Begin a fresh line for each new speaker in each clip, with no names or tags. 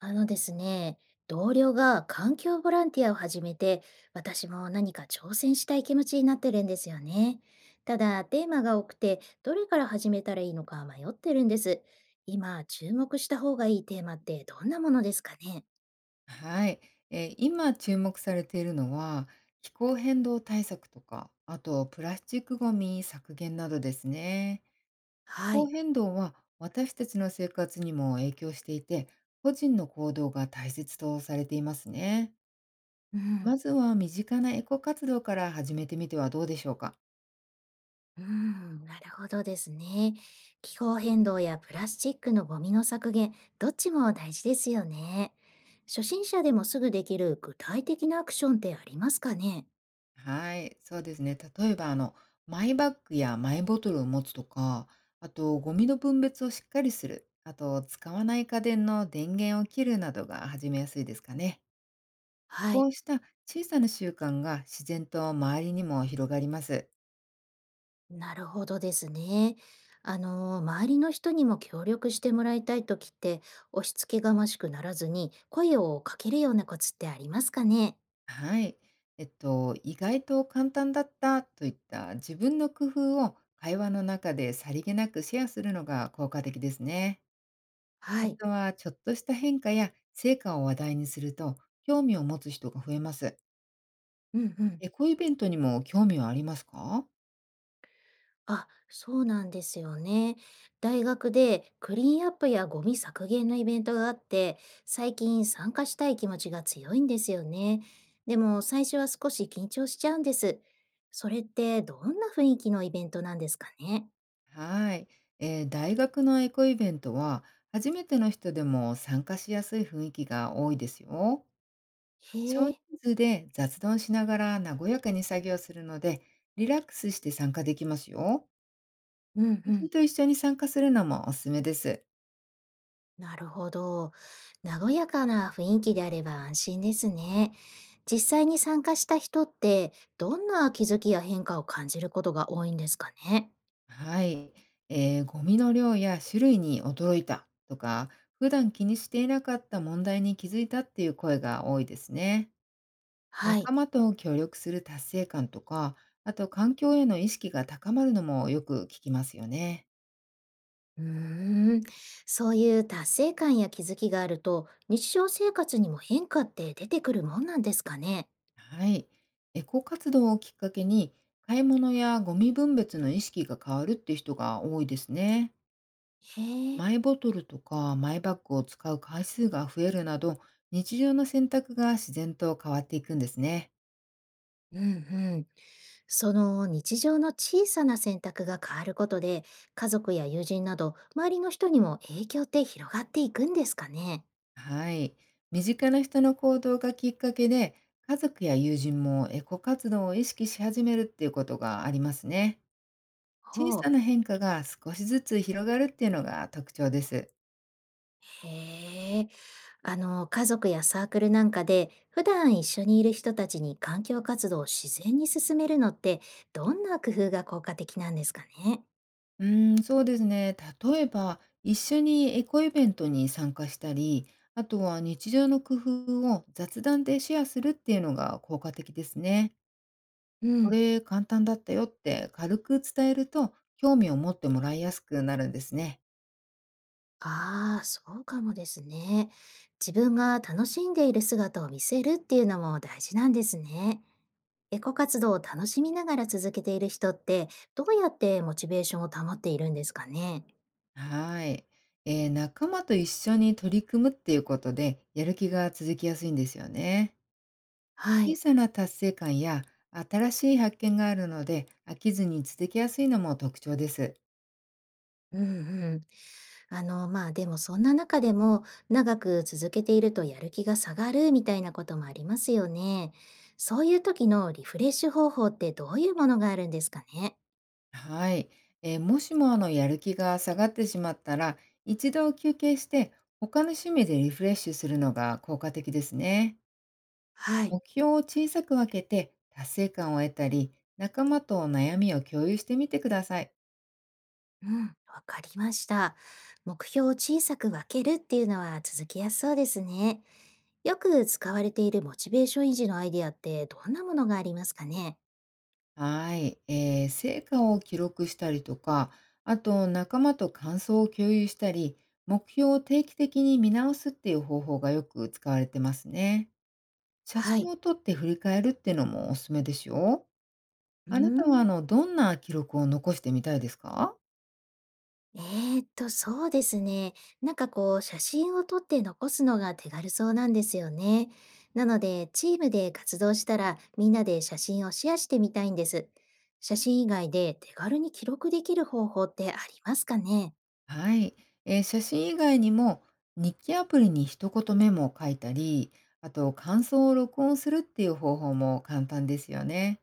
あのですね、同僚が環境ボランティアを始めて、私も何か挑戦したい気持ちになってるんですよね。ただ、テーマが多くて、どれから始めたらいいのか迷ってるんです。今、注目した方がいいテーマってどんなものですかね？
はい、今注目されているのは、気候変動対策とか、あとプラスチックごみ削減などですね。気
は
候
い。
変動は私たちの生活にも影響していて、個人の行動が大切とされていますね。
う
ま
ん。
ずは身近なエコ活動から始めてみてはどうでしょうか？
うん、なるほどですね。気候変動やプラスチックのゴミの削減、どっちも大事ですよね。初心者でもすぐできる具体的なアクションってありますかね？
はい、そうですね。例えば、マイバッグやマイボトルを持つとか、あと、ゴミの分別をしっかりする、あと、使わない家電の電源を切るなどが始めやすいですかね。
は
こ
い。
うした小さな習慣が自然と周りにも広がります。
なるほどですね。周りの人にも協力してもらいたいときって、押し付けがましくならずに声をかけるようなコツってありますかね？
はい。意外と簡単だったといった自分の工夫を会話の中でさりげなくシェアするのが効果的ですね。あ
はい。
とは、ちょっとした変化や成果を話題にすると、興味を持つ人が増えます。
うんうん。
エコイベントにも興味はありますか？
あ、そうなんですよね。大学でクリーンアップやゴミ削減のイベントがあって、最近参加したい気持ちが強いんですよね。でも最初は少し緊張しちゃうんです。それってどんな雰囲気のイベントなんですかね？
はい、大学のエコイベントは、初めての人でも参加しやすい雰囲気が多いですよ。少
へえ。
人数で雑談しながら和やかに作業するので、リラックスして参加できますよ。
うん
友
う
人
ん。
と一緒に参加するのもおすすめです。
なるほど。和やかな雰囲気であれば安心ですね。実際に参加した人って、どんな気づきや変化を感じることが多いんですかね？
はい、ゴミの量や種類に驚いたとか、普段気にしていなかった問題に気づいたっていう声が多いですね。
はい。
仲間と協力する達成感とか、あと環境への意識が高まるのもよく聞きますよね。
うーん。そういう達成感や気づきがあると、日常生活にも変化って出てくるもんなんですかね？
はい、エコ活動をきっかけに、買い物やゴミ分別の意識が変わるっていう人が多いですね。
へえ。
マイボトルとかマイバッグを使う回数が増えるなど、日常の選択が自然と変わっていくんですね。
うんうん。その日常の小さな選択が変わることで、家族や友人など、周りの人にも影響って広がっていくんですかね？
はい。身近な人の行動がきっかけで、家族や友人もエコ活動を意識し始めるっていうことがありますね。小
ほう。
さな変化が少しずつ広がるっていうのが特徴です。
へえ、家族やサークルなんかで、普段一緒にいる人たちに環境活動を自然に進めるのって、どんな工夫が効果的なんですかね？
うーん、そうですね。例えば、一緒にエコイベントに参加したり、あとは日常の工夫を雑談でシェアするっていうのが効果的ですね。
う
こ
ん、
れ簡単だったよって軽く伝えると、興味を持ってもらいやすくなるんですね。
ああ、そうかもですね。自分が楽しんでいる姿を見せるっていうのも大事なんですね。エコ活動を楽しみながら続けている人って、どうやってモチベーションを保っているんですかね？
はい。仲間と一緒に取り組むっていうことで、やる気が続きやすいんですよね。
は
小
い。
さな達成感や新しい発見があるので、飽きずに続きやすいのも特徴です。
うんうん。まあでもそんな中でも長く続けているとやる気が下がるみたいなこともありますよね。そういう時のリフレッシュ方法ってどういうものがあるんですかね？
はい。もしもやる気が下がってしまったら、一度休憩して、他の趣味でリフレッシュするのが効果的ですね。
はい。
目標を小さく分けて、達成感を得たり、仲間と悩みを共有してみてください。
うん、わかりました。目標を小さく分けるっていうのは続きやすそうですね。よく使われているモチベーション維持のアイデアってどんなものがありますかね？
はい、成果を記録したりとか、あと仲間と感想を共有したり、目標を定期的に見直すっていう方法がよく使われてますね。写
は
真
い。
を撮って振り返るっていうのもおすすめですよ。
うー
あなたは
ん。
どんな記録を残してみたいですか？
えそうですね。なんかこう、写真を撮って残すのが手軽そうなんですよね。なので、チームで活動したら、みんなで写真をシェアしてみたいんです。写真以外で手軽に記録できる方法ってありますかね？
はい、写真以外にも、日記アプリに一言メモを書いたり、あと感想を録音するっていう方法も簡単ですよね。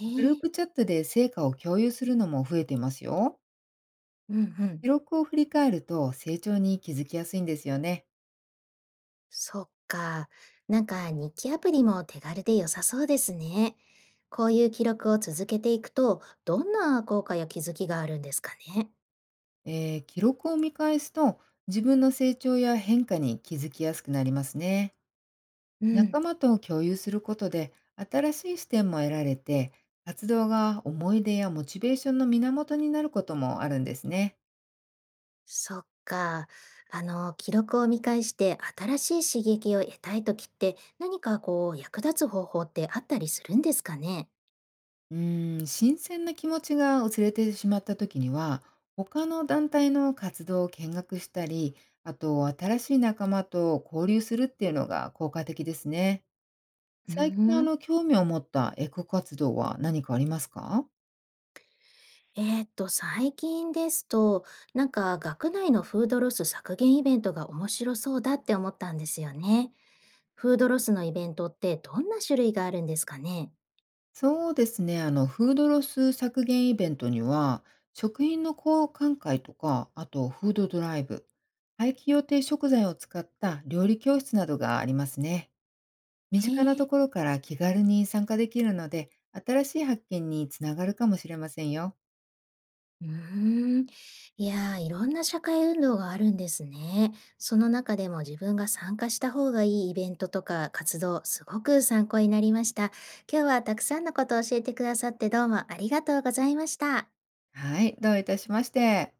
へ
グルー
え、
プチャットで成果を共有するのも増えてますよ。
うんうん。
記録を振り返ると成長に気づきやすいんですよね。
そっか。なんか日記アプリも手軽で良さそうですね。こういう記録を続けていくと、どんな効果や気づきがあるんですかね？
記録を見返すと、自分の成長や変化に気づきやすくなりますね。
うん。
仲間と共有することで新しい視点も得られて、活動が思い出やモチベーションの源になることもあるんですね。
そっか。記録を見返して新しい刺激を得たいときって、何かこう、役立つ方法ってあったりするんですかね？
うーん、新鮮な気持ちが薄れてしまった時には、他の団体の活動を見学したり、あと新しい仲間と交流するっていうのが効果的ですね。
うー
最近
ん、
興味を持ったエコ活動は何かありますか？
最近ですと、なんか学内のフードロス削減イベントが面白そうだって思ったんですよね。フードロスのイベントってどんな種類があるんですかね？
そうですね、フードロス削減イベントには、食品の交換会とか、あとフードドライブ、廃棄予定食材を使った料理教室などがありますね。身
へ
近な
え。
ところから気軽に参加できるので、新しい発見につながるかもしれませんよ。
うーん。いやー、いろんな社会運動があるんですね。その中でも自分が参加した方がいいイベントとか活動、すごく参考になりました。今日はたくさんのことを教えてくださってどうもありがとうございました。
はい、どういたしまして。